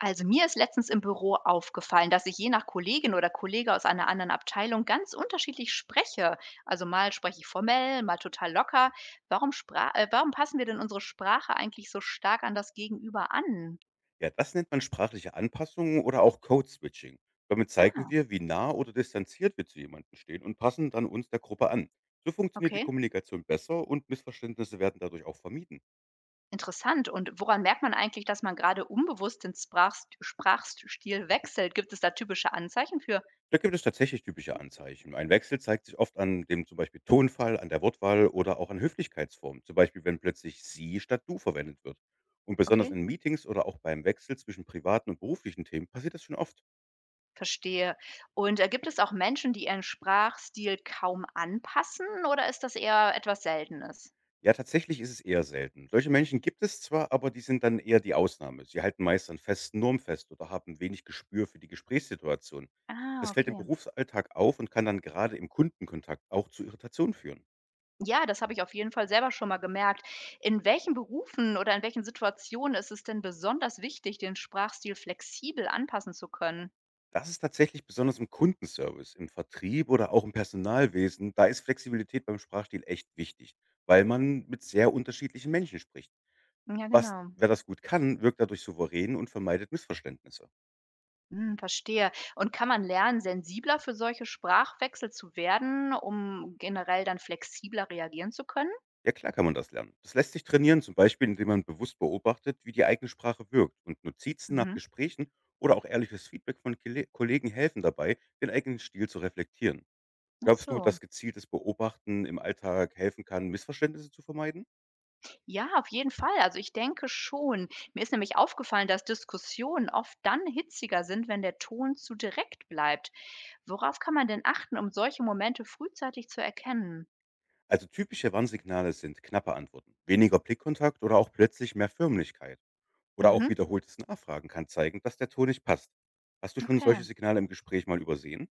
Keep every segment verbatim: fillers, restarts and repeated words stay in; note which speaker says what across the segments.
Speaker 1: Also mir ist letztens im Büro aufgefallen, dass ich je nach Kollegin oder Kollege aus einer anderen Abteilung ganz unterschiedlich spreche. Also mal spreche ich formell, mal total locker. Warum, spra äh, warum passen wir denn unsere Sprache eigentlich so stark an das Gegenüber an?
Speaker 2: Ja, das nennt man sprachliche Anpassung oder auch Code-Switching. Damit zeigen
Speaker 1: Ah,
Speaker 2: wir, wie nah oder distanziert wir zu jemandem stehen und passen dann uns der Gruppe an. So funktioniert die
Speaker 1: okay.
Speaker 2: Kommunikation besser und Missverständnisse werden dadurch auch vermieden.
Speaker 1: Interessant. Und woran merkt man eigentlich, dass man gerade unbewusst den Sprachst Sprachstil wechselt? Gibt es da typische Anzeichen für?
Speaker 2: Da gibt es tatsächlich typische Anzeichen. Ein Wechsel zeigt sich oft an dem zum Beispiel Tonfall, an der Wortwahl oder auch an Höflichkeitsformen. Zum Beispiel, wenn plötzlich sie statt du verwendet wird. Und besonders
Speaker 1: Okay,
Speaker 2: in Meetings oder auch beim Wechsel zwischen privaten und beruflichen Themen passiert das schon oft.
Speaker 1: verstehe. Und äh, gibt es auch Menschen, die ihren Sprachstil kaum anpassen oder ist das eher etwas Seltenes?
Speaker 2: Ja, tatsächlich ist es eher selten. Solche Menschen gibt es zwar, aber die sind dann eher die Ausnahme. Sie halten meist an festen Normen fest oder haben wenig Gespür für die Gesprächssituation.
Speaker 1: Ah,
Speaker 2: Das fällt im
Speaker 1: okay.
Speaker 2: Berufsalltag auf und kann dann gerade im Kundenkontakt auch zu Irritationen führen.
Speaker 1: Ja, das habe ich auf jeden Fall selber schon mal gemerkt. In welchen Berufen oder in welchen Situationen ist es denn besonders wichtig, den Sprachstil flexibel anpassen zu können?
Speaker 2: Das ist tatsächlich besonders im Kundenservice, im Vertrieb oder auch im Personalwesen. Da ist Flexibilität beim Sprachstil echt wichtig, weil man mit sehr unterschiedlichen Menschen spricht.
Speaker 1: Ja,
Speaker 2: Was,
Speaker 1: genau.
Speaker 2: wer das gut kann, wirkt dadurch souverän und vermeidet Missverständnisse.
Speaker 1: Hm, verstehe. Und kann man lernen, sensibler für solche Sprachwechsel zu werden, um generell dann flexibler reagieren zu können?
Speaker 2: Ja, klar kann man das lernen. Das lässt sich trainieren, zum Beispiel, indem man bewusst beobachtet, wie die eigene Sprache wirkt. Und Notizen nach
Speaker 1: Mhm.
Speaker 2: Gesprächen oder auch ehrliches Feedback von Kele- Kollegen helfen dabei, den eigenen Stil zu reflektieren.
Speaker 1: Ach
Speaker 2: Glaubst du,
Speaker 1: so.
Speaker 2: dass gezieltes Beobachten im Alltag helfen kann, Missverständnisse zu vermeiden?
Speaker 1: Ja, auf jeden Fall. Also, ich denke schon. Mir ist nämlich aufgefallen, dass Diskussionen oft dann hitziger sind, wenn der Ton zu direkt bleibt. Worauf kann man denn achten, um solche Momente frühzeitig zu erkennen?
Speaker 2: Also typische Warnsignale sind knappe Antworten, weniger Blickkontakt oder auch plötzlich mehr Förmlichkeit. Oder auch
Speaker 1: Mhm,
Speaker 2: wiederholtes Nachfragen kann zeigen, dass der Ton nicht passt. Hast du schon
Speaker 1: okay.
Speaker 2: solche Signale im Gespräch mal übersehen?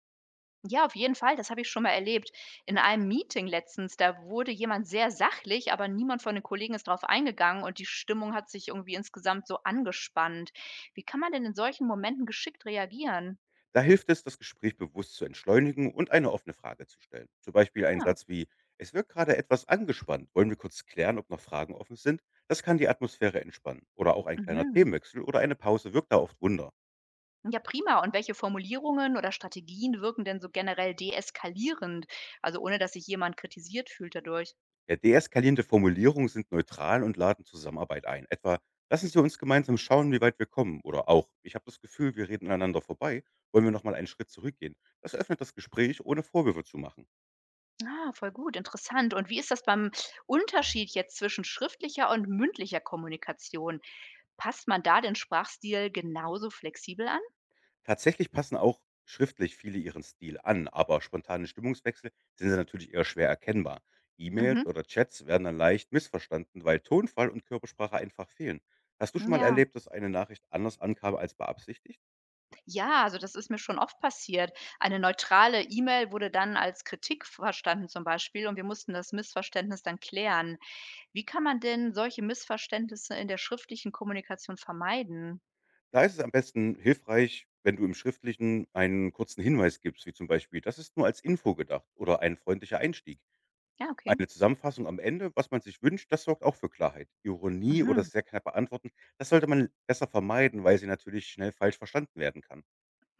Speaker 1: Ja, auf jeden Fall, das habe ich schon mal erlebt. In einem Meeting letztens, da wurde jemand sehr sachlich, aber niemand von den Kollegen ist drauf eingegangen und die Stimmung hat sich irgendwie insgesamt so angespannt. Wie kann man denn in solchen Momenten geschickt reagieren?
Speaker 2: Da hilft es, das Gespräch bewusst zu entschleunigen und eine offene Frage zu stellen. Zum Beispiel einen
Speaker 1: Ja,
Speaker 2: Satz wie: Es wirkt gerade etwas angespannt. Wollen wir kurz klären, ob noch Fragen offen sind? Das kann die Atmosphäre entspannen. Oder auch ein kleiner
Speaker 1: mhm.
Speaker 2: Themenwechsel oder eine Pause wirkt da oft Wunder.
Speaker 1: Ja, prima. Und welche Formulierungen oder Strategien wirken denn so generell deeskalierend? Also ohne, dass sich jemand kritisiert fühlt dadurch.
Speaker 2: Ja, deeskalierende Formulierungen sind neutral und laden Zusammenarbeit ein. Etwa: Lassen Sie uns gemeinsam schauen, wie weit wir kommen. Oder auch: Ich habe das Gefühl, wir reden aneinander vorbei. Wollen wir nochmal einen Schritt zurückgehen? Das öffnet das Gespräch, ohne Vorwürfe zu machen.
Speaker 1: Ah, voll gut, interessant. Und wie ist das beim Unterschied jetzt zwischen schriftlicher und mündlicher Kommunikation? Passt man da den Sprachstil genauso flexibel an?
Speaker 2: Tatsächlich passen auch schriftlich viele ihren Stil an, aber spontane Stimmungswechsel sind sie natürlich eher schwer erkennbar. E-Mails
Speaker 1: Mhm.
Speaker 2: oder Chats werden dann leicht missverstanden, weil Tonfall und Körpersprache einfach fehlen. Hast du schon mal
Speaker 1: Ja,
Speaker 2: erlebt, dass eine Nachricht anders ankam als beabsichtigt?
Speaker 1: ja, also das ist mir schon oft passiert. Eine neutrale E-Mail wurde dann als Kritik verstanden zum Beispiel und wir mussten das Missverständnis dann klären. Wie kann man denn solche Missverständnisse in der schriftlichen Kommunikation vermeiden?
Speaker 2: Da ist es am besten hilfreich, wenn du im Schriftlichen einen kurzen Hinweis gibst, wie zum Beispiel: Das ist nur als Info gedacht, oder ein freundlicher Einstieg.
Speaker 1: Ja, okay.
Speaker 2: Eine Zusammenfassung am Ende, was man sich wünscht, das sorgt auch für Klarheit. Ironie oder
Speaker 1: Mhm.
Speaker 2: sehr knappe Antworten, das sollte man besser vermeiden, weil sie natürlich schnell falsch verstanden werden kann.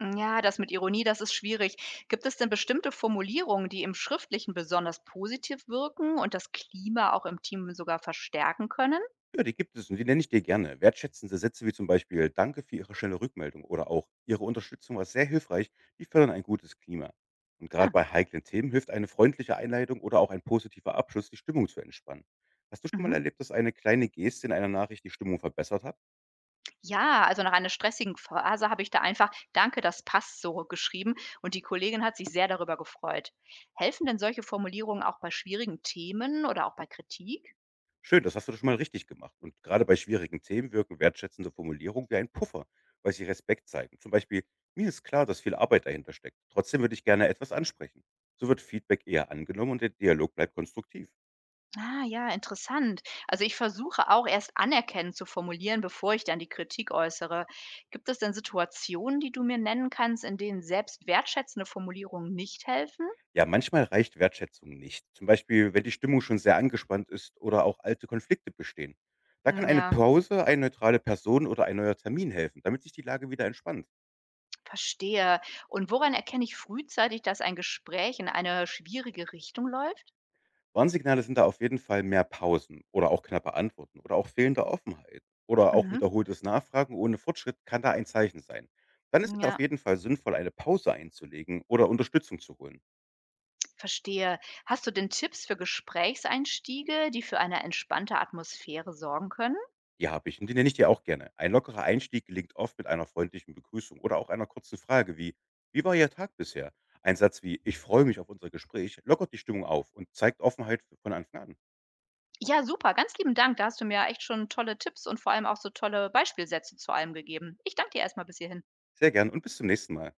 Speaker 1: Ja, das mit Ironie, das ist schwierig. Gibt es denn bestimmte Formulierungen, die im Schriftlichen besonders positiv wirken und das Klima auch im Team sogar verstärken können?
Speaker 2: Ja, die gibt es und die nenne ich dir gerne. Wertschätzende Sätze wie zum Beispiel "Danke für Ihre schnelle Rückmeldung" oder auch "Ihre Unterstützung war sehr hilfreich", die fördern ein gutes Klima. Und gerade
Speaker 1: Ja.
Speaker 2: bei heiklen Themen hilft eine freundliche Einleitung oder auch ein positiver Abschluss, die Stimmung zu entspannen. Hast du schon mal
Speaker 1: Mhm.
Speaker 2: erlebt, dass eine kleine Geste in einer Nachricht die Stimmung verbessert hat?
Speaker 1: Ja, also nach einer stressigen Phase habe ich da einfach Danke, das passt so geschrieben und die Kollegin hat sich sehr darüber gefreut. Helfen denn solche Formulierungen auch bei schwierigen Themen oder auch bei Kritik?
Speaker 2: Schön, das hast du doch schon mal richtig gemacht. Und gerade bei schwierigen Themen wirken wertschätzende Formulierungen wie ein Puffer, weil sie Respekt zeigen. Zum Beispiel: Mir ist klar, dass viel Arbeit dahinter steckt. Trotzdem würde ich gerne etwas ansprechen. So wird Feedback eher angenommen und der Dialog bleibt konstruktiv.
Speaker 1: Ah ja, interessant. Also ich versuche auch erst anerkennend zu formulieren, bevor ich dann die Kritik äußere. Gibt es denn Situationen, die du mir nennen kannst, in denen selbst wertschätzende Formulierungen nicht helfen?
Speaker 2: Ja, manchmal reicht Wertschätzung nicht. Zum Beispiel, wenn die Stimmung schon sehr angespannt ist oder auch alte Konflikte bestehen. Da kann
Speaker 1: Hm,
Speaker 2: eine
Speaker 1: ja,
Speaker 2: Pause, eine neutrale Person oder ein neuer Termin helfen, damit sich die Lage wieder entspannt.
Speaker 1: verstehe. Und woran erkenne ich frühzeitig, dass ein Gespräch in eine schwierige Richtung läuft?
Speaker 2: Warnsignale sind da auf jeden Fall mehr Pausen oder auch knappe Antworten oder auch fehlende Offenheit oder auch
Speaker 1: Mhm.
Speaker 2: wiederholtes Nachfragen ohne Fortschritt kann da ein Zeichen sein. Dann ist es auf
Speaker 1: Ja,
Speaker 2: jeden Fall sinnvoll, eine Pause einzulegen oder Unterstützung zu holen.
Speaker 1: verstehe. Hast du denn Tipps für Gesprächseinstiege, die für eine entspannte Atmosphäre sorgen können?
Speaker 2: Die habe ich und die nenne ich dir auch gerne. Ein lockerer Einstieg gelingt oft mit einer freundlichen Begrüßung oder auch einer kurzen Frage wie: Wie war Ihr Tag bisher? Ein Satz wie "Ich freue mich auf unser Gespräch" lockert die Stimmung auf und zeigt Offenheit von Anfang an.
Speaker 1: Ja, super. Ganz lieben Dank. Da hast du mir ja echt schon tolle Tipps und vor allem auch so tolle Beispielsätze zu allem gegeben. Ich danke dir erstmal bis hierhin.
Speaker 2: Sehr gern und bis zum nächsten Mal.